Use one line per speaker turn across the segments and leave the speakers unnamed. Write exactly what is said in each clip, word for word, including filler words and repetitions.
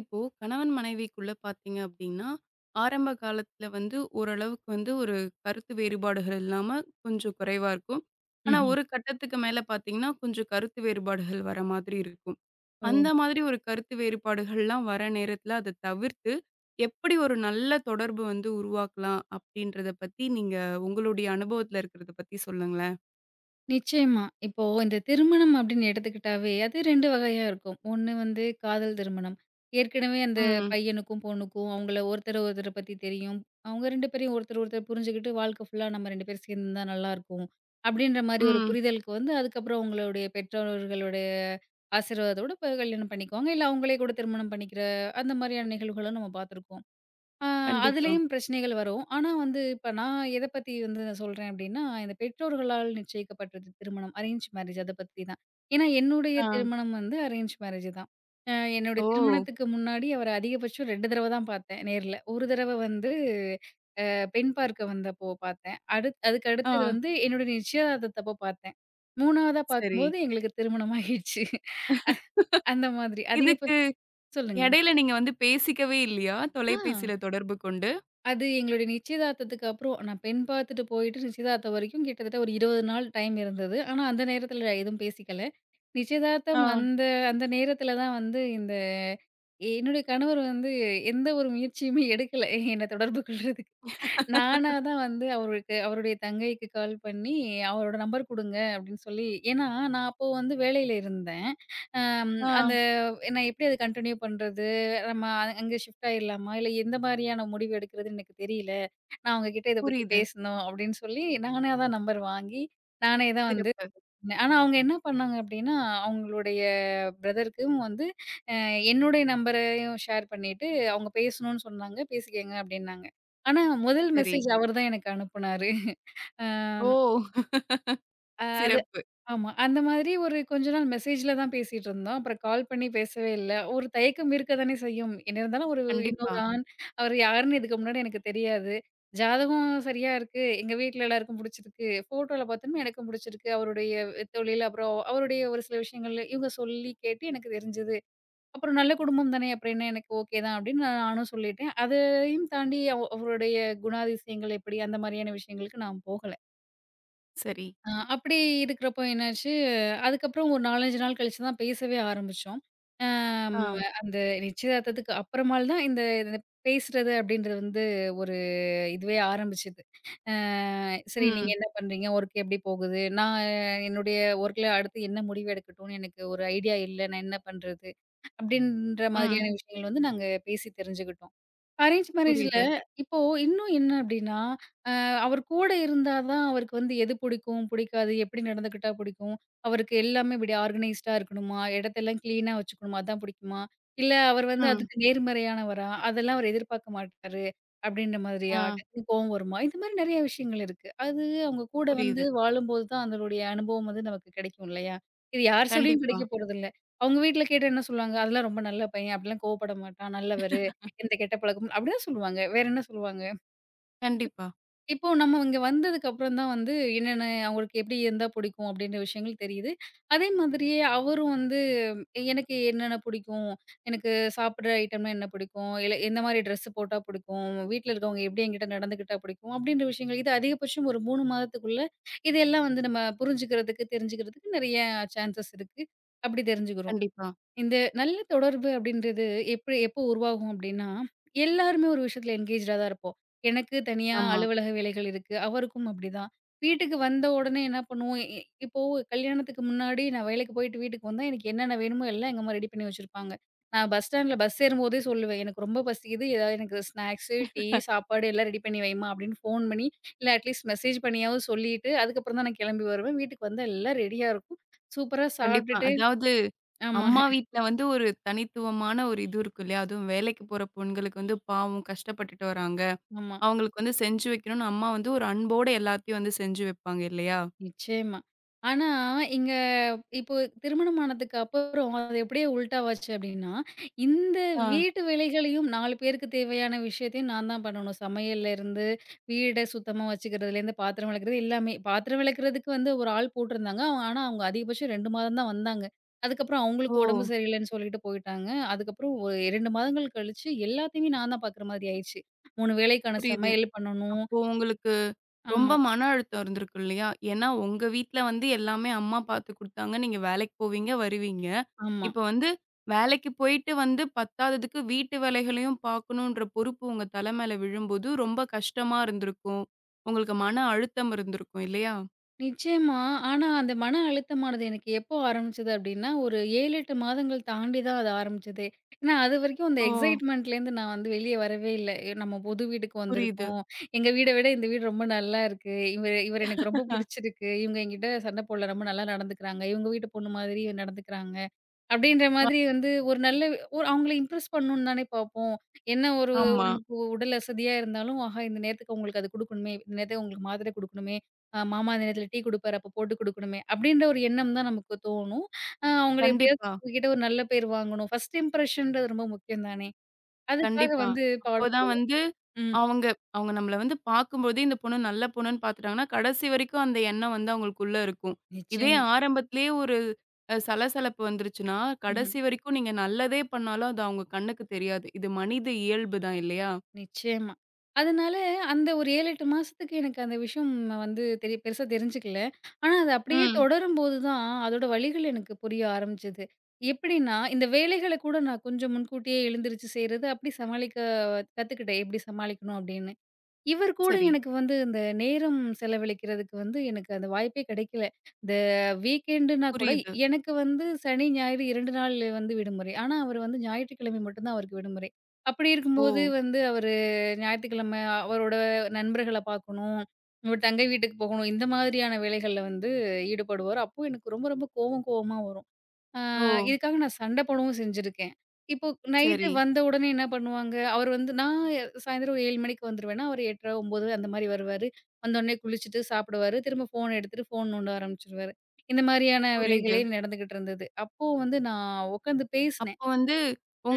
இப்போ கணவன் மனைவிக்குள்ள பார்த்தீங்க அப்படின்னா, ஆரம்ப காலத்தில வந்து ஓரளவுக்கு வந்து ஒரு கருத்து வேறுபாடுகள் இல்லாம கொஞ்சம் குறைவா இருக்கும். ஆனா
ம்ஹ்ம்.
ஒரு கட்டத்துக்கு மேல பார்த்தீங்கன்னா, கொஞ்சம் கருத்து வேறுபாடுகள் வர மாதிரி இருக்கும்.
ஓ!
அந்த மாதிரி ஒரு கருத்து வேறுபாடுகள்லாம் வர நேரத்தில அத தவிர்த்து, எப்படி ஒரு நல்ல தொடர்பு வந்து உருவாக்கலாம் அப்படின்றத பத்தி நீங்க உங்களுடைய அனுபவத்தில இருக்கிறத பத்தி சொல்லுங்களேன்?
நிச்சயமா. இப்போ இந்த திருமணம் அப்படின்னு எடுத்துக்கிட்டாவே, அது இரண்டு வகையா இருக்கும். ஒண்ணு வந்து காதல் திருமணம். ஏற்கனவே அந்த
ம்,
பையனுக்கும், பொண்ணுக்கும் அவங்கள ஒருத்தர ஒருத்தர பத்தி தெரியும். அவங்க இரண்டு பேரையும் ஒருத்தர் ஒருத்தர் புரிஞ்சுகிட்டு, வாழ்க்கை ஃபுல்லா நம்ம இரண்டு பேரும் சேர்ந்திருந்தா நல்லாயிருக்கும். அப்படின்ற மாரி ஒரு
ம்.
புரிதலுக்கு வந்து, அதுக்கப்புறம் அவங்களுடைய பெற்றோர்களுடைய ஆசீர்வாதத்தோட இப்ப கல்யாணம் பண்ணிக்குவாங்க. இல்ல அவங்களே கூட திருமணம் பண்ணிக்கிற அந்த மாரியான நிகழ்வுகளும் நம்ம பார்த்துருக்கோம். ஆ
கண்டிப்பா.
அதுலயும் பிரச்சனைகள் வரும். ஆனா வந்து இப்ப நான் எத பத்தி வந்து நான் சொல்றேன் அப்டின்னா, இந்த பெற்றோர்களால் நிச்சயிக்கப்பட்டது திருமணம். அரேஞ்ச் மேரேஜ் அத பத்தி தான். ஏன்னா என்னுடைய
ஆ.
திருமணம் வந்து அரேஞ்ச் மேரேஜ் தான். அ என்னுடைய
ஓ!
திருமணத்துக்கு முன்னாடி அவர அதிகபட்சம் இரண்டு தடவ தான் பார்த்தேன் நேர்ல. ஒரு தடவ வந்து அ பெண் பார்க்க வந்தப்போ பார்த்தேன். அடுத் அதுக்கு
ஆ.
அடுத்தது வந்து என்னுடைய நிச்சயதார்த்தத்தப்போ பார்த்தேன். 3வதா
சரி.
பார்க்கும்போது எங்களுக்கு திருமணம் ஆகிடுச்சு. அந்த மாதிரி
இதுக்கு
அதிகபட்சம் சொல்லுங்க.
இடையில நீங்க வந்து பேசிக்கவே இல்லையா?
ஆ.
தொலைபேசியில தொடர்பு கொண்டு?
அது எங்களுடைய நிச்சயதார்த்தத்துக்கு அப்புறம் நான் பெண் பார்த்துட்டு போயிட்டு நிச்சயதார்த்தம் வரைக்கும் கிட்டத்தட்ட ஒரு இருபது நாள் டைம் இருந்தது. ஆனா, அந்த நேரத்தில எதுவும் பேசிக்கல.
ஆ,
நிச்சயதார்த்தம் அந்த அந்த நேரத்தில தான் வந்து இந்த என்னுடைய கணவர் வந்து எந்த ஒரு முயற்சியுமே எடுக்கல என்ன தொடர்பு கொள்றதுக்கு. நானா தான் வந்து அவருக்கு அவருடைய தங்கைக்கு கால் பண்ணி அவரோட நம்பர் குடுங்க அப்டின்னு சொல்லி, ஏன்னா, நான் அப்போ வந்து வேலையில இருந்தேன். அம்
ஆ
அந்த நான் எப்படி அத கன்டின்யூ பண்றது? நம்ம அங்க ஷிஃப்ட் ஆயிரலாமா? இல்ல எந்த மாரியான முடிவு எடுக்கிறதுன்னு எனக்கு தெரியல. நான் அவங்ககிட்ட இத பத்தி
புரியுது.
பேசணும் அப்படின்னு சொல்லி, நானே தான் நம்பர் வாங்கி, நானே தான் வந்து
சிறப்பு.
சொன்னேன். ஆனா அவங்க என்ன பண்ணாங்க அப்படின்னா, அவங்களுடைய பிரதருக்கும் வந்து அ என்னுடைய நம்பரையும் ஷேர் பண்ணிட்டு, அவங்க பேசணும்னு சொன்னாங்க, பேசிக்கங்க அப்படின்னாங்க. ஆனா முதல்
சரி.
மெசேஜ் அவரு தான் எனக்கு அனுப்புனாரு. ஆ.
ஓ!
அ அது
சிறப்பு.
ஆமா. அந்த மாதிரி ஒரு கொஞ்ச நாள் மெசேஜ்ல தான் பேசிட்டு இருந்தோம். அப்புறம் கால் பண்ணி பேசவே இல்ல. ஒரு தயக்கம் இருக்க தானே செய்யும். என்ன இருந்தாலும் ஒரு
கண்டிப்பா.
இன்னொரு ஆண், அவர் யாருன்னு இதுக்கு முன்னாடி எனக்கு தெரியாது. ஜாதகம் சரியா இருக்கு. எங்க வீட்ல எல்லாருக்கும் புடிச்சிருக்கு. ஃபோட்டோல பார்த்தோனே எனக்கும் புடிச்சிருக்கு. அவருடைய தொழில், அப்புறம் அவருடைய ஒரு சில விஷயங்கள் இவங்க சொல்லி கேட்டு எனக்கு தெரிஞ்சது. அப்புறம் நல்ல குடும்பம் தானே, அப்புறம் என்ன எனக்கு ஓகே தான் அப்படின்னு நான் நானும் சொல்லிட்டேன். அதையும் தாண்டி அவ அவருடைய குணாதிசயங்கள் எப்படி அந்த மாதிரியான விஷயங்களுக்கு நான் போகல.
சரி.
ஆ அப்படி இருக்கிறப்போ என்னாச்சு, அதுக்கப்புறம் ஒரு நான்கு, அஞ்சு நாள் கழிச்சு தான் பேசவே ஆரம்பிச்சோம். அம்
ஆ.
அந்த நிச்சயதார்த்தத்துக்கு அப்புறமால தான் இந்த இந்த பேசுறது அப்படின்றது வந்து ஒரு இதுவே ஆரம்பிச்சது. அ சரி நீங்க
ம்.
என்ன பண்றீங்க? ஒர்க் எப்படி போகுது? நான் என்னுடைய ஒர்க்ல அடுத்து என்ன முடிவு எடுக்கட்டும்னு எனக்கு ஒரு ஐடியா இல்ல. நான் என்ன பண்றது? அப்படின்ற
ம்.
மாதிரியான விஷயங்கள் வந்து நாங்க பேசி தெரிஞ்சுக்கிட்டோம். அரேஞ்ச் மேரேஜ்ல
புரியுது.
இப்போ இன்னும் என்ன அப்படின்னா, அ அவர் கூட இருந்தா தான் அவருக்கு வந்து எது புடிக்கும், புடிக்காது, எப்படி நடந்துக்கிட்டா புடிக்கும், அவருக்கு எல்லாமே இப்படி ஆர்கனைஸ்டா இருக்கணுமா, இடத்தெல்லாம் கிளீனா வச்சுக்கணுமா, அதான் புடிக்குமா, இல்ல அவர் வந்து
ம்.
அதுக்கு நேர்மறையானவரா, அதெல்லாம் அவர் எதிர்பார்க்க மாட்டாரு அப்படின்ற
ஆ
மாதிரியா, டக்குனு கோவம் வருமா, இந்த மாதிரி நிறைய விஷயங்கள் இருக்கு. அது அவங்க கூட வந்து
புரியுது.
வாழும்போது தான் அதனுடைய அனுபவம் வந்து நமக்கு கிடைக்கும் இல்லையா? இது யார் சொல்லியும்
கண்டிப்பா,
கிடைக்க போறதில்ல. அவங்க வீட்ல கேட்டா என்ன சொல்லுவாங்க, "அதெல்லாம் ரொம்ப நல்ல பையன், அப்படிலாம் கோவப்பட மாட்டான், நல்லவரு." இந்த கெட்ட பழக்கம் அப்படிதான் சொல்லுவாங்க. வேற என்ன சொல்லுவாங்க?
கண்டிப்பா,
இப்போ நம்ம இங்க வந்ததுக்கு அப்புறம் தான் வந்து என்னென்ன அவங்களுக்கு எப்படி இருந்தா பிடிக்கும் அப்படின்ற விஷயங்கள் தெரியுது. அதே மாதிரியே அவரும் வந்து எ- எனக்கு என்னென்ன பிடிக்கும்? எனக்கு சாப்பிடுற ஐட்டம்னா என்ன பிடிக்கும்? இல்ல எந்த மாரி ட்ரெஸ் போட்டா பிடிக்கும்? வீட்ல இருக்கவங்க எப்படி என்கிட்ட நடந்துக்கிட்டா பிடிக்கும்? அப்படின்ற விஷயங்கள் இது அதிகபட்சம் ஒரு மூணு மாதத்துக்குள்ள இதெல்லாம் வந்து நம்ம புரிஞ்சுக்கிறதுக்கு, தெரிஞ்சுக்கிறதுக்கு நெறைய சான்சஸ் இருக்கு. அப்படி தெரிஞ்சுக்கிறோம்.
கண்டிப்பா.
இந்த நல்ல தொடர்பு அப்படின்றது எப்படி எப்போ உருவாகும் அப்படின்னா, எல்லாருமே ஒரு விஷயத்துல என்கேஜ்டா தான் இருப்போம். எனக்கு தனியா
ஆமா.
அலுவலக வேலைகள் இருக்கு. அவருக்கும் அப்படிதான். வீட்டுக்கு வந்த உடனே என்ன பண்ணுவோம், இ இ- இப்போ கல்யாணத்துக்கு முன்னாடி நான் வேலைக்கு போயிட்டு வீட்டுக்கு வந்தா, எனக்கு என்னென்ன வேணுமோ எல்லாம் எங்க அம்மா ரெடி பண்ணி வச்சிருப்பாங்க. நான் பஸ் ஸ்டாண்ட்ல பஸ் ஏறும்போதே சொல்லுவேன். "எனக்கு ரொம்ப பசிக்குது. ஏதாவது எனக்கு ஸ்நாக்ஸு, டீ, சாப்பாடு எல்லாம் ரெடி பண்ணி வைம்மா" அப்படின்னு ஃபோன் பண்ணி, இல்ல அட்லீஸ்ட் மெசேஜ் பண்ணியாவது சொல்லிட்டு, அதுக்கப்புறம் தான் நான் கிளம்பி வருவேன். வீட்டுக்கு வந்தா எல்லாம் ரெடியா இருக்கும். சூப்பரா
கண்டிப்பா.
சாப்பிட்டுட்டு
அதாவது
ஆமா,
அம்மா வீட்ல வந்து ஒரு தனித்துவமான ஒரு இது இருக்கும் இல்லையா? அதுவும் வேலைக்கு போற பெண்களுக்கு வந்து பாவம் கஷ்டப்பட்டுட்டு வராங்க.
ஆமா.
அவங்களுக்கு வந்து செஞ்சு வைக்கணும்னு அம்மா வந்து ஒரு அன்போட எல்லாத்தையும் வந்து செஞ்சு வைப்பாங்க இல்லையா?
நிச்சயமா. ஆனா, இங்க இப்போ திருமணம் ஆனதுக்கு அப்புறம் அது எப்படியே உல்டாவாச்சு அப்டின்னா, இந்த
ஆ.
வீட்டு வேலைகளையும் நாலு பேருக்கு தேவையான விஷயத்தையும் நான் தான் பண்ணணும். சமையல்லேருந்து, வீட சுத்தமா வச்சுக்கிறதுலேருந்து, பாத்திரம் விளக்குறது எல்லாமே. பாத்திரம் விளக்குறதுக்கு வந்து ஒரு ஆள் போட்டிருந்தாங்க. அவங்க. ஆனா, அவங்க அதிகபட்சம் இரண்டு மாதம் தான் வந்தாங்க. அதுக்கப்புறம்
ஓ!
அவங்களுக்கு உடம்பு சரியில்லன்னு சொல்லிட்டு போயிட்டாங்க. அதுக்கப்புறம் ஒரு இரண்டு மாதங்கள் கழிச்சு எல்லாத்தையுமே நான் தான் பாக்குற மாதிரி ஆயிருச்சு. மூணு வேளைக்கான
புரியுது.
சமையல் பண்ணணும்.
அப்போ உங்களுக்கு ரொம்ப
ஆமா,
மன அழுத்தம் இருந்திருக்கும் இல்லையா? ஏன்னா உங்க வீட்ல வந்து எல்லாமே அம்மா பார்த்து குடுத்தாங்க. நீங்க வேலைக்கு போவீங்க, வருவீங்க.
ஆமா.
இப்ப வந்து வேலைக்கு போயிட்டு வந்து பத்தாததுக்கு வீட்டு வேலைகளையும் பார்க்கணுன்ற பொறுப்பு உங்க தல மேல விழும்போது ரொம்ப கஷ்டமா இருந்திருக்கும். உங்களுக்கு மன அழுத்தம் இருந்திருக்கும் இல்லையா?
நிச்சயமா. ஆனா, அந்த மன அழுத்தமானது எனக்கு எப்போ ஆரம்பிச்சது அப்டின்னா, ஒரு ஏழு, எட்டு மாதங்கள் தாண்டி தான் அது ஆரம்பிச்சதே. ஏன்னா, அதுவரைக்கும் அந்த
ஓ!
எக்ஸைட்மெண்ட்லேருந்து நான் வந்து வெளிய வரவே இல்ல. நம்ம புது வீட்டுக்கு
புரியுது.
வந்திருக்கோம். எங்க வீட விட இந்த வீடு ரொம்ப நல்லா இருக்கு. இவர் இவர் எனக்கு ரொம்ப புடிச்சிருக்கு. இவங்க என்கிட்ட சண்ட போடல. ரொம்ப நல்லா நடந்துக்கிறாங்க. இவங்க வீட்டு பொண்ணு மாதிரி நடந்துக்கிறாங்க. அப்படின்ற
அ
மாதிரி வந்து ஒரு நல்ல ஒரு அவங்கள இம்ப்ரெஸ் பண்ணணும்னு தானே பார்ப்போம். என்ன ஒரு
ஆமா.
நமக்கு உடல் அசதியா இருந்தாலும், ஆஹா! இந்த நேரத்துக்கு உங்களுக்கு அது குடுக்கணுமே, இந்த நேரத்துக்கு உங்களுக்கு மாத்திரை குடுக்கணுமே, அ மாமா இந்த நேரத்தில டீ குடுப்பாரு, அப்போ போட்டு குடுக்கணுமே, அப்படின்ற ஒரு எண்ணம் தான் நமக்கு தோணும். அ அவங்கள எப்படியாவது
கண்டிப்பா.
உங்ககிட்ட ஒரு நல்ல பேர் வாங்கணும். ஃபர்ஸ்ட் இம்ப்ரஷன்றது ரொம்ப முக்கியம் தானே. அதுக்காக
கண்டிப்பா.
வந்து பாடம்
அப்போதான் வந்து
ம்.
அவங்க அவங்க நம்மள வந்து பார்க்கும்போதே இந்த பொண்ணு நல்ல பொண்ணுன்னு பார்த்துட்டாங்கன்னா, கடைசி வரைக்கும் அந்த எண்ணம் வந்து அவங்களுக்குள்ள இருக்கும். இதே
நிச்சயமா.
ஆரம்பத்திலேயே ஒரு அ சலசலப்பு வந்துருச்சுன்னா,
ம்ஹ்ம்.
கடைசி வரைக்கும் நீங்க நல்லதே பண்ணாலும் அது அவங்க கண்ணுக்கு தெரியாது. இது மனித இயல்பு தான் இல்லையா?
நிச்சயமா. அதனால அந்த ஒரு ஏழு, எட்டு மாசத்துக்கு எனக்கு அந்த விஷயம் வந்து தெரிய பெருசா தெரிஞ்சுக்கல. ஆனா அது அப்படியே
ம்.
தொடரும்போது தான் அதோட வலிகள் எனக்கு புரிய ஆரம்பிச்சது. எப்படின்னா, இந்த வேலைகள கூட நான் கொஞ்சம் முன்கூட்டியே எழுந்திருச்சு செய்றது, அப்படி சமாளிக்க கத்துக்கிட்டேன். எப்படி சமாளிக்கணும் அப்படின்னு. இவர் கூட
சரி.
எனக்கு வந்து இந்த நேரம் செலவழிக்கிறதுக்கு வந்து எனக்கு அந்த வாய்ப்பே கிடைக்கல. இந்த வீக்கெண்டுனா கூட
புரியுது.
எனக்கு வந்து சனி, ஞாயிறு இரண்டு நாள் வந்து விடுமுறை. ஆனா, அவரு வந்து ஞாயிற்றுக்கிழமை மட்டும் தான் அவருக்கு விடுமுறை. அப்படி
ஓ!
இருக்கும்போது வந்து அவரு ஞாயிற்றுக்கிழமை அவரோட நண்பர்கள பார்க்கணும், இவர் தங்கை வீட்டுக்கு போகணும், இந்த மாதிரியான வேலைகள்ல வந்து ஈடுபடுவாரு. அப்போ எனக்கு ரொம்ப ரொம்ப கோவம் கோவமா வரும். ஆ
ஓ!
இதுக்காக நான் சண்ட போடவும் செஞ்சிருக்கேன். இப்போ நைட்டு
சரி.
வந்த உடனே என்ன பண்ணுவாங்க, அவரு வந்து நான் சாயந்தரம் ஒரு ஏழு மணிக்கு வந்துருவேன்னா, அவரு எட்டரை, ஒன்பது அந்த மாரி வருவாரு. வந்தோனே குளிச்சுட்டு சாப்பிடுவாரு. திரும்ப ஃபோன் எடுத்துட்டு ஃபோன் நோண்ட ஆரம்பிச்சுருவாரு. இந்த மாரியான
புரியுது.
வேலைகளே நடந்துகிட்டு இருந்தது. அப்போ வந்து நான் உட்காந்து பேசினேன்.
அப்போ வந்து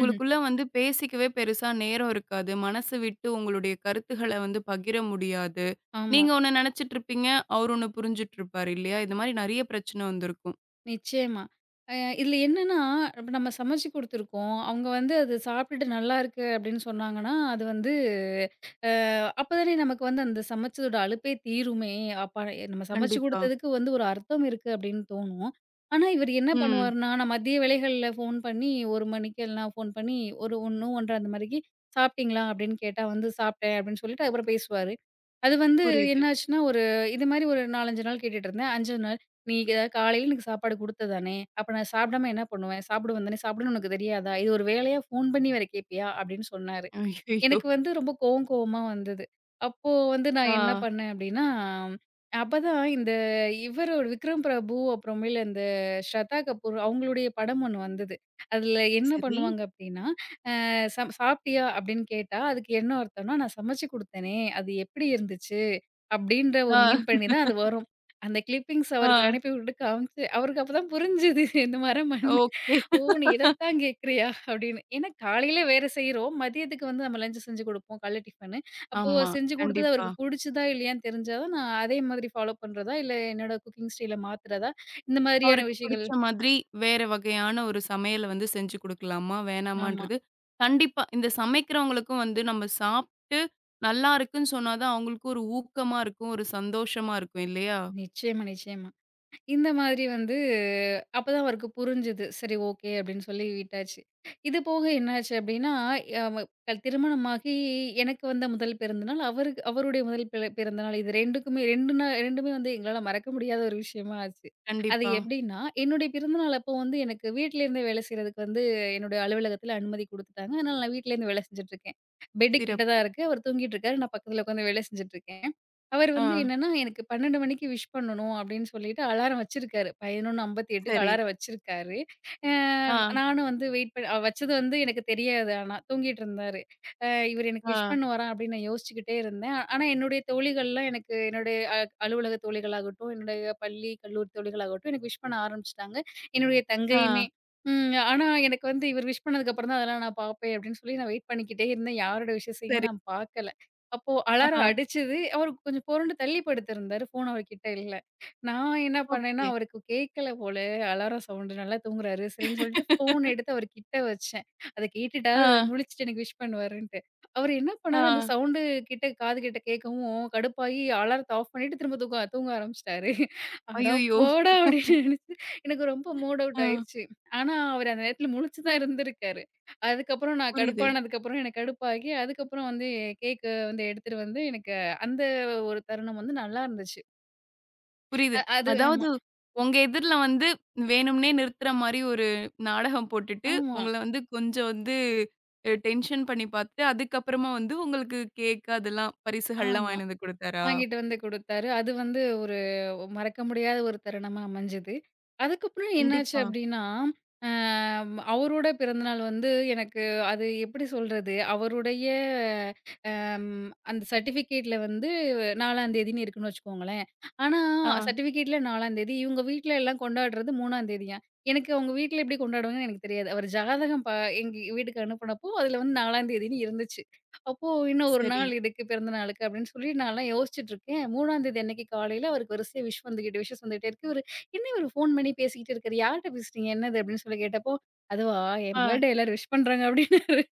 ம்ஹ்ம்.
வந்து பேசிக்கவே பெருசா நேரம் இருக்காது. மனசு விட்டு உங்களுடைய கருத்துக்கள வந்து பகிர முடியாது.
ஆமா.
நீங்க ஒண்ணு நெனச்சுட்டு இருப்பீங்க. அவரு ஒண்ணு புரிஞ்சுட்டு இருப்பாரு இல்லையா? இது மாரி நெறைய பிரச்சனை வந்திருக்கும்.
நிச்சயமா. அ இதுல என்னன்னா, இப்ப நம்ம சமைச்சு குடுத்துருக்கோம். அவங்க வந்து அது சாப்பிட்டுட்டு நல்லாருக்கு அப்படின்னு சொன்னாங்கன்னா, அது வந்து அ அப்பதானே நமக்கு வந்து அந்த சமைச்சதோட அலுப்பே தீருமே! அப்ப நம்ம சமைச்சு
கண்டிப்பா.
குடுத்ததுக்கு வந்து ஒரு அர்த்தம் இருக்கு அப்படின்னு தோணும். ஆனா, இவரு என்ன
ம்.
பண்ணுவாருன்னா, நான் மதிய வேளைகள்ல ஃபோன் பண்ணி ஒரு மணிக்கெல்லாம் ஃபோன் பண்ணி ஒரு 1, ஒன்றரை அந்த மாரிக்கு "சாப்பிட்டீங்களா?" அப்படின்னு கேட்டா வந்து "சாப்பிட்டேன்" அப்படின்னு சொல்லிட்டு அதுக்கப்புறம் பேசுவாரு. அது வந்து
புரியுது.
என்ன ஆச்சுன்னா, ஒரு இது மாரி ஒரு நான்கு, அஞ்சு நாள் கேட்டுட்டு இருந்தேன். 5வது நாள் "நீ ஏதாவது காலையில எனக்கு சாப்பாடு குடுத்த தானே! அப்ப நான் சாப்பிடாம என்ன பண்ணுவேன்? சாப்பிடுவேன் தானே! சாப்பிடுவேன்னு உனக்கு தெரியாதா? இது ஒரு வேலையா ஃபோன் பண்ணி வேற கேட்பியா?" அப்படின்னு சொன்னாரு.
ஐய்யய்யோ!
எனக்கு வந்து ரொம்ப கோவம் கோவமா வந்தது. அப்போ வந்து நான் என்ன
ஆ.
பண்ணேன் அப்டின்னா, அப்பதான் இந்த இவரோட விக்ரம் பிரபு அப்புறமேலு அந்த ஸ்ரதா கபூர் அவங்களுடைய படம் ஒண்ணு வந்தது. அதுல என்ன
சரி.
பண்ணுவாங்க அப்டின்னா, அ ச "சாப்ட்டியா?" அப்டின்னு கேட்டா, அதுக்கு என்ன அர்த்தம்னா, "நான் சமைச்சு குடுத்தேனே, அது எப்டி இருந்துச்சு?" அப்டின்ற ஒரு
ஆ,
மீன் பண்ணி தான் அது வரும். அந்த கிளிப்பிங்ஸ் அவருக்கு
ஆ.
அனுப்பி விட்டுட்டு காமிச்சு அவருக்கு அப்பதான் புரிஞ்சுது இந்த மரம் மண்ணு.
ஓகே.
ஓ! நீ இதத்தான் கேட்கிறியா? அப்படின்னு. ஏன்னா காலையில வேற செய்றோம். மதியத்துக்கு வந்து நம்ம லஞ்ச் செஞ்சு குடுப்போம். காலைல டிஃபனு. அப்போ
ஆமா.
செஞ்சு குடுத்தது
கண்டிப்பா.
அவருக்கு புடிச்சுதா, இல்லையான்னு தெரிஞ்சா தான் நான் அதே மாதிரி ஃபாலோ பண்றதா, இல்ல என்னோட குக்கிங் ஸ்டைல மாத்துறதா, இந்த மாதிரியான
அவருக்கு
விஷயங்கள்.
புடிச்ச மாதிரி வேற வகையான ஒரு சமையல வந்து செஞ்சு குடுக்கலாமா?
ஆமா.
வேணாமான்றது கண்டிப்பா. இந்த சமைக்கிறவங்களுக்கும் வந்து நம்ம சாப்ட்டு நல்லா இருக்குன்னு சொன்னா தான் அவங்களுக்கும் ஒரு ஊக்கமா இருக்கும். ஒரு சந்தோஷமா இருக்கும் இல்லையா?
நிச்சயமா, நிச்சயமா. இந்த மாதிரி வந்து அப்பதான் அவருக்கு புரிஞ்சுது. சரி ஓகே அப்படின்னு சொல்லி விட்டாச்சு. இது போக என்னாச்சு அப்படின்னா, அவ கல்- திருமணமாகி எனக்கு வந்த முதல் பிறந்த நாள், அவருக்கு அவருடைய முதல் பிற பிறந்த நாள். இது 2க்குமே இரண்டு நா 2மே வந்து எங்களால மறக்க முடியாத ஒரு விஷயமா ஆச்சு. அது
கண்டிப்பா.
எப்படின்னா, என்னுடைய பிறந்த நாள் அப்போ வந்து எனக்கு வீட்ல இருந்தே வேலை செய்றதுக்கு வந்து என்னுடைய அலுவலகத்தில அனுமதி குடுத்துட்டாங்க. அதனால நான் வீட்ல இருந்து வேலை செஞ்சுட்டு இருக்கேன். பெட்டு கிட்ட தான்
சிறப்பு.
இருக்கு. அவர் தூங்கிட்டு இருக்காரு. நான் பக்கத்தில உட்காந்து வேலை செஞ்சுட்டு இருக்கேன். அவர்
ஆ.
வந்து என்னன்னா, எனக்கு பன்னிரண்டு மணிக்கு விஷ் பண்ணணும் அப்டின்னு சொல்லிட்டு அலாரம் வச்சிருக்காரு. 11:58க்கு
சரி.
அலாரம் வச்சிருக்காரு. அ
ஆ,
நானும் வந்து வெயிட் பண்ணி அஹ் வச்சது வந்து எனக்கு தெரியாது ஆனா. தூங்கிட்டு இருந்தாரு. அ இவரு எனக்கு
ஆ,
விஷ் பண்ணுவாரா அப்டின்னு நான் யோசிச்சுக்கிட்டே இருந்தேன். ஆ- ஆனா என்னுடைய தோழிகள்லாம் எனக்கு என்னுடைய அ அலுவலக தோழிகளாகட்டும், என்னுடைய பள்ளி, கல்லூரி தோழிகளாகட்டும் எனக்கு விஷ் பண்ண ஆரம்பிச்சுட்டாங்க. என்னுடைய தங்கையுமே.
ஆ.
ம். ஆனா எனக்கு வந்து இவர் விஷ் பண்ணதுக்கு அப்புறம் தான் அதெல்லாம் நான் பாப்பேன் அப்டின்னு சொல்லி நான் வெயிட் பண்ணிக்கிட்டே இருந்தேன். யாரோட விஷஸையுமே
சரி.
நான் பாக்கல. அப்போ அலாரம்
ஆ.
அடிச்சது. அவரு கொஞ்சம் புரண்டு தள்ளி படுத்திருந்தாரு. ஃபோன் அவர்கிட்ட இல்ல. நான் என்ன பண்ணேன்னா,
ஓகே.
அவருக்கு கேட்கல போல அலாரம் சவுண்டு. நல்லா தூங்குறாரு. சரின்னு சொல்லிட்டு ஃபோன் எடுத்து அவர் கிட்ட வச்சேன். அத கேட்டுட்டாவது
ஆ,
முழிச்சுட்டு எனக்கு விஷ் பண்ணுவாருன்ட்டு. அவரு என்ன பண்ணாரு, அந்த
ஆ.
சவுண்டு கிட்ட காது கிட்ட கேட்கவும் கடுப்பாயி அலாரத்த ஆஃப் பண்ணிட்டு திரும்ப தூங்க தூங்க ஆரம்பிச்சுட்டாரு. "அட
அய்யய்யோ!
போடா!" அப்படின்னு நினைச்சு எனக்கு ரொம்ப மூட் அவுட்
ஆ.
ஆயிருச்சு. ஆனா, அவரு அந்த நேரத்துல முழிச்சு தான் இருந்திருக்காரு. அதுக்கப்புறம் நான்
புரியுது.
கடுப்பானதுக்கப்புறம் எனக்கு கடுப்பாகி, அதுக்கப்புறம் வந்து கேக் வந்து எடுத்துட்டு வந்து எனக்கு அந்த ஒரு தருணம் வந்து நல்லா இருந்துச்சு.
புரியுது.
அ அது ஆமா,
அதாவது உங்க எதிர்ல வந்து வேணும்னே நிறுத்துற மாரி ஒரு நாடகம் போட்டுட்டு,
ஆமா,
உங்கள வந்து கொஞ்சம் வந்து அ டென்ஷன் பண்ணி பார்த்து, அதுக்கப்புறமா வந்து உங்களுக்கு கேக் அதெல்லாம் பரிசுகள்லாம்
ஆமா.
வாங்கிட்டு வந்து குடுத்தாரா?
வாங்கிட்டு வந்து குடுத்தாரு. அது வந்து ஒரு மறக்க முடியாத ஒரு தருணமா அமைஞ்சது. அதுக்கப்புறம் என்னாச்சு
கண்டிப்பா.
அப்டின்னா, அ அவரோட பிறந்தநாள் வந்து எனக்கு அது எப்டி சொல்றது? அவருடைய அம் அந்த சர்டிஃபிகேட்ல வந்து 4ஆம் தேதின்னு இருக்குன்னு வச்சுக்கோங்களேன். ஆனா
ஆ,
சர்டிஃபிகேட்ல 4ஆம் தேதி இவங்க வீட்ல எல்லாம் கொண்டாடுறது 3ஆம் தேதியாம். எனக்கு அவங்க வீட்ல எப்படி கொண்டாடுவாங்கன்னு எனக்கு தெரியாது. அவர் ஜாதகம் பா எங்க வீட்டுக்கு அனுப்புனப்போ அதில வந்து 4ஆம் தேதின்னு இருந்துச்சு. அப்போ இன்னும் ஒரு
சரி.
நாள் இதுக்கு பிறந்த நாளுக்கு அப்படின்னு சொல்லி நான்லாம் யோசிச்சுட்டு இருக்கேன். 3ஆம் தேதி அன்னைக்கு காலையில அவருக்கு வரிசையா விஷ் வந்துகிட்டு விஷஸ் வந்துகிட்டே இருக்கு. இவரு என்ன இவரு ஃபோன் பண்ணி பேசிக்கிட்டு இருக்காரு? யார்ட்ட பேசுறீங்க? என்னது? அப்படின்னு சொல்லி கேட்டப்போ, அதுவா என்
ஆ,
பர்த்டே எல்லாரும் விஷ் பண்றாங்க அப்படின்னாரு.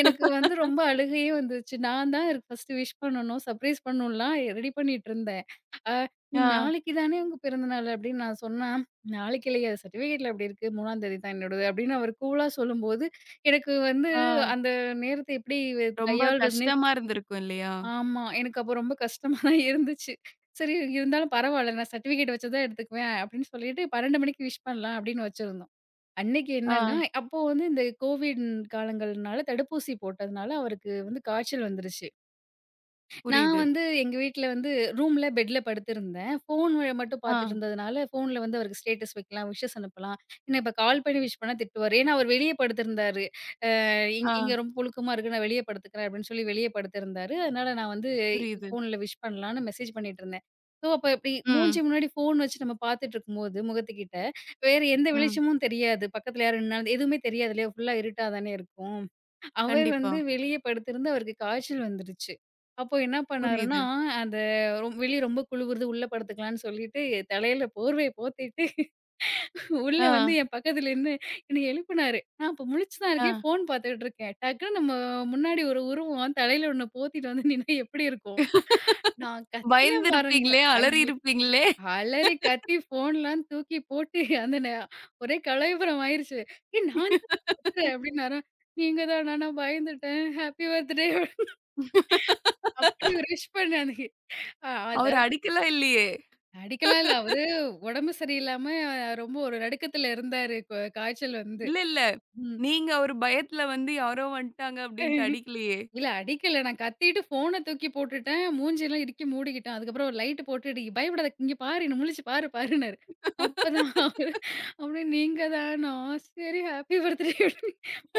எனக்கு வந்து ரொம்ப அழுகையே வந்துருச்சு. நான் தான் இவருக்கு ஃபர்ஸ்ட்டு விஷ் பண்ணணும், சர்ப்ரைஸ் பண்ணணும்லாம் ரெடி பண்ணிட்டுருந்தேன். அ
ஆ,
"நாளைக்கு தானே உங்க பிறந்த நாள்" அப்படின்னு நான் சொன்னா, "நாளைக்கு இல்லையே சர்டிஃபிகேட்ல அப்படி இருக்கு. 3ஆம் தேதி தான் என்னோடது" அப்படின்னு அவர் கூலா சொல்லும்போது, எனக்கு வந்து
ஆ.
அந்த நேரத்த எப்படி வ
ரொம்ப
கையாள்றதுன்னே
கஷ்டமா இருந்திருக்கும் இல்லையா?
ஆமா. எனக்கு அப்போ ரொம்ப கஷ்டமா தான் இருந்துச்சு. சரி இருந்தாலும் பரவால்ல நான் சர்டிஃபிகேட் வச்சு தான் எடுத்துக்குவேன் அப்படின்னு சொல்லிட்டு பன்னிரண்டு மணிக்கு விஷ் பண்ணலாம் அப்படின்னு வச்சிருந்தோம். அன்னைக்கு என்னன்னா,
ஆ,
அப்போ வந்து இந்த கோவிட் காலங்கள்னால தடுப்பூசி போட்டதுனால அவருக்கு வந்து காய்ச்சல் வந்துருச்சு. நான்
புரியுது.
வந்து எங்க வீட்ல வந்து ரூம்ல, பெட்ல படுத்திருந்தேன். ஃபோன் மட்டும்
ஆ,
பார்த்துட்டு இருந்ததுனால, ஃபோன்ல வந்து அவருக்கு ஸ்டேட்டஸ் வைக்கலாம், விஷஸ் அனுப்பலாம். ஏன்னா இப்ப கால் பண்ணி விஷ் பண்ணா திட்டுவாரு. ஏன்னா அவர் வெளிய படுத்திருந்தாரு. இங்
ஆ,
இங்க ரொம்ப புழுக்கமா இருக்கு. நான் வெளிய படுத்துக்கிறேன் அப்படின்னு சொல்லி வெளிய படுத்திருந்தாரு. அதனால நான் வந்து
புரியுது.
ஃபோன்ல விஷ் பண்ணலான்னு மெசேஜ் பண்ணிட்டுருந்தேன். ஸோ, அப்ப இப்டி
ம்,
மூஞ்சி முன்னாடி ஃபோன் வச்சு நம்ம பார்த்துட்டு இருக்கும்போது முகத்துக்கிட்ட, வேற எந்த
ம்.
வெளிச்சமும் தெரியாது. பக்கத்துல யாரும் நின்னாலும் எதுவுமே தெரியாது இல்லையா? ஃபுல்லா இருட்டா தானே இருக்கும். அவர்
கண்டிப்பா.
வந்து வெளிய படுத்திருந்து அவருக்கு காய்ச்சல் வந்துருச்சு. அப்போ என்ன பண்ணாருன்னா,
புரியுது.
அந்த ரொ வெளிய ரொம்ப குளுருது உள்ள படுத்துக்கலான்னு சொல்லிட்டு தலையில போர்வைய போத்திட்டு உள்ள வந்து
ஆ,
என் பக்கத்துல நின்னு என்னை எழுப்புனாரு. நான் அப்ப முழிச்சு தான்
ஆ.
இருக்கேன். ஃபோன் பார்த்துட்டு இருக்கேன். டக்குன்னு நம்ம முன்னாடி ஒரு உருவம் தலையில ஒண்ணு போத்திட்டு வந்து நின்னா எப்படி இருக்கும்? நான் கத்துனேன் பாருங்க.
பயந்திருப்பீங்களே!
ஐய!
அலறியிருப்பீங்களே!
அலறி கத்தி ஃபோன்லாம் தூக்கி போட்டு அந்த நே ஒரே கலவிபரம் ஆயிருச்சு. "ஏய் நான் தான் கத்துறேன்" அப்படின்னாரா. "நீங்க தானா? நான் பயந்துட்டேன். ஹேப்பி பர்த்டே" அப்படி ஒரு விஷ் பண்ணானுங்க. அ
அவர
அதா
அடிக்கலாம் இல்லையே!
அடிக்கலாம் இல்ல. அவரு உடம்பு சரியில்லாம ஆஹ் ரொம்ப ஒரு நடுக்கத்துல இருந்தாரு. கொ காய்ச்சல் வந்து.
இல்ல, இல்ல. நீங்க ஒரு பயத்துல வந்து யாரோ வந்துட்டாங்க அப்டின்ட்டு
ம்.
அடிக்கலையே!
இல்ல அடிக்கல. நான் கத்திட்டு ஃபோன தூக்கி போட்டுட்டேன். மூஞ்சியெல்லாம் இறுக்கி மூடிக்கிட்டேன். அதுக்கப்புறம் ஒரு லைட்டு போட்டுட்டு, "இ, பயப்படாத இங்க பாரு, என்ன முழிச்சு பாரு பாருன்னாரு. அப்பதான் அவரு அப்டியே நீங்க தானா? சரி ஹாப்பி பர்த்டே அப்டின்னு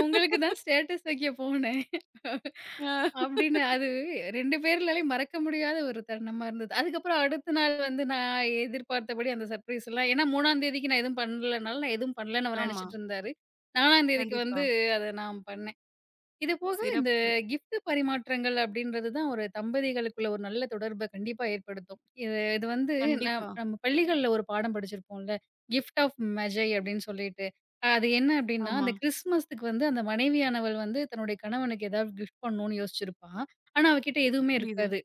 உங்களுக்கு தான் ஸ்டேட்டஸ் வைக்க போனேன்.
அ
அப்டின்னு அது ரெண்டு பேர்லாலயும் மறக்க முடியாத ஒரு தருணமா இருந்தது. அதுக்கப்புறம் அடுத்த நாள் வந்து நான் எதிர்பார்த்தபடி அந்த சர்ப்ரைஸ்லாம் ஏன்னா 3ஆம் தேதிக்கு நான் எதுவும் பண்ணலனால, நான் எதுவும் பண்ணலன்னு அவர்
ஆமா.
நெனச்சுட்டு இருந்தாரு. 4ஆம் தேதிக்கு
கண்டிப்பா.
வந்து அத நான் பண்ணேன். இது போக இந்த
சிறப்பு.
கிஃப்ட் பரிமாற்றங்கள் அப்படின்றது தான் ஒரு தம்பதிகளுக்குள்ள ஒரு நல்ல தொடர்பை கண்டிப்பா ஏற்படுத்தும். இது இது வந்து நம்
கண்டிப்பா.
நம்ம பள்ளிகள்ல ஒரு பாடம் படிச்சிருப்போம்ல. கிஃப்ட் ஆஃப் மெஜை அப்படின்னு சொல்லிட்டு. அஹ் அது என்ன அப்படின்னா,
ஆமா.
அந்த கிறிஸ்மஸ்க்கு வந்து அந்த மனைவியானவள் வந்து தன்னுடைய கணவனுக்கு ஏதாவது கிஃப்ட் பண்ணணும்னு யோசிச்சிருப்பா. ஆனா அவகிட்ட எதுவுமே
புரியுது,
இருக்காது.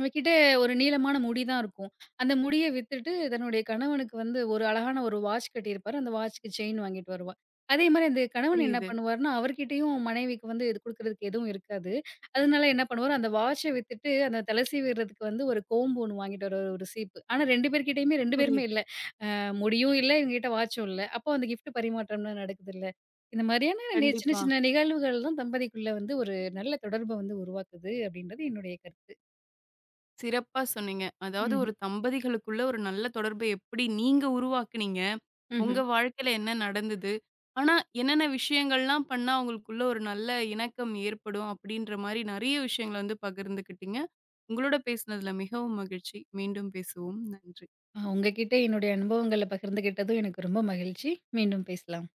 அவகிட்ட ஒரு நீளமான முடி தான் இருக்கும். அந்த முடிய வித்துட்டு, தன்னுடைய கணவனுக்கு வந்து ஒரு அழகான ஒரு வாட்ச் கட்டியிருப்பாரு. அந்த வாட்ச்‌க்கு செயின் வாங்கிட்டு வருவா. அதே மாரி அந்த கணவன் என்ன
புரியுது,
பண்ணுவாருன்னா, அவர்கிட்டயும் மனைவிக்கு வந்து இது குடுக்குறதுக்கு எதுவும் இருக்காது. அதனால என்ன பண்ணுவாரு, அந்த வாட்ச்ச வித்துட்டு, அந்த தலை சீவிறதுக்கு வந்து ஒரு கோம்பு ஒண்ணு வாங்கிட்டு வருவாரு, ஒரு சீப்பு. ஆனா ரெண்டு பேர்கிட்டயுமே ரெண்டு பேருமே
புரியுது.
இல்ல. அ முடியும் இல்ல, இவங்ககிட்ட வாட்சும் இல்ல. அப்போ அந்த கிஃப்ட் பரிமாற்றம்லாம் நடக்குதுல்ல. இந்த மாரியான நி சின்ன
கண்டிப்பா.
சின்ன நிகழ்வுகள் தான் தம்பதிக்குள்ள வந்து ஒரு நல்ல தொடர்ப வந்து உருவாக்குது, அப்படின்றது என்னுடைய கருத்து.
சிறப்பா சொன்னீங்க. அதாவது
ம்ஹ்ம்.
ஒரு தம்பதிகளுக்குள்ள ஒரு நல்ல தொடர்பை எப்படி நீங்க உருவாக்குனீங்க? உங்க
ம்ஹ்ம்.
வாழ்க்கையில என்ன நடந்தது? ஆனா, என்னென்ன விஷயங்கள்லாம் பண்ணா அவங்களுக்குள்ள ஒரு நல்ல இணக்கம் ஏற்படும்? அப்படின்ற மாரி நெறைய விஷயங்கள வந்து பகிர்ந்துக்கிட்டீங்க. உங்களோட பேசினதுல மிகவும் மகிழ்ச்சி. மீண்டும் பேசுவோம். நன்றி.
அ உங்ககிட்ட என்னுடைய அனுபவங்கள பகிர்ந்துகிட்டதும் எனக்கு ரொம்ப மகிழ்ச்சி. மீண்டும் பேசலாம்.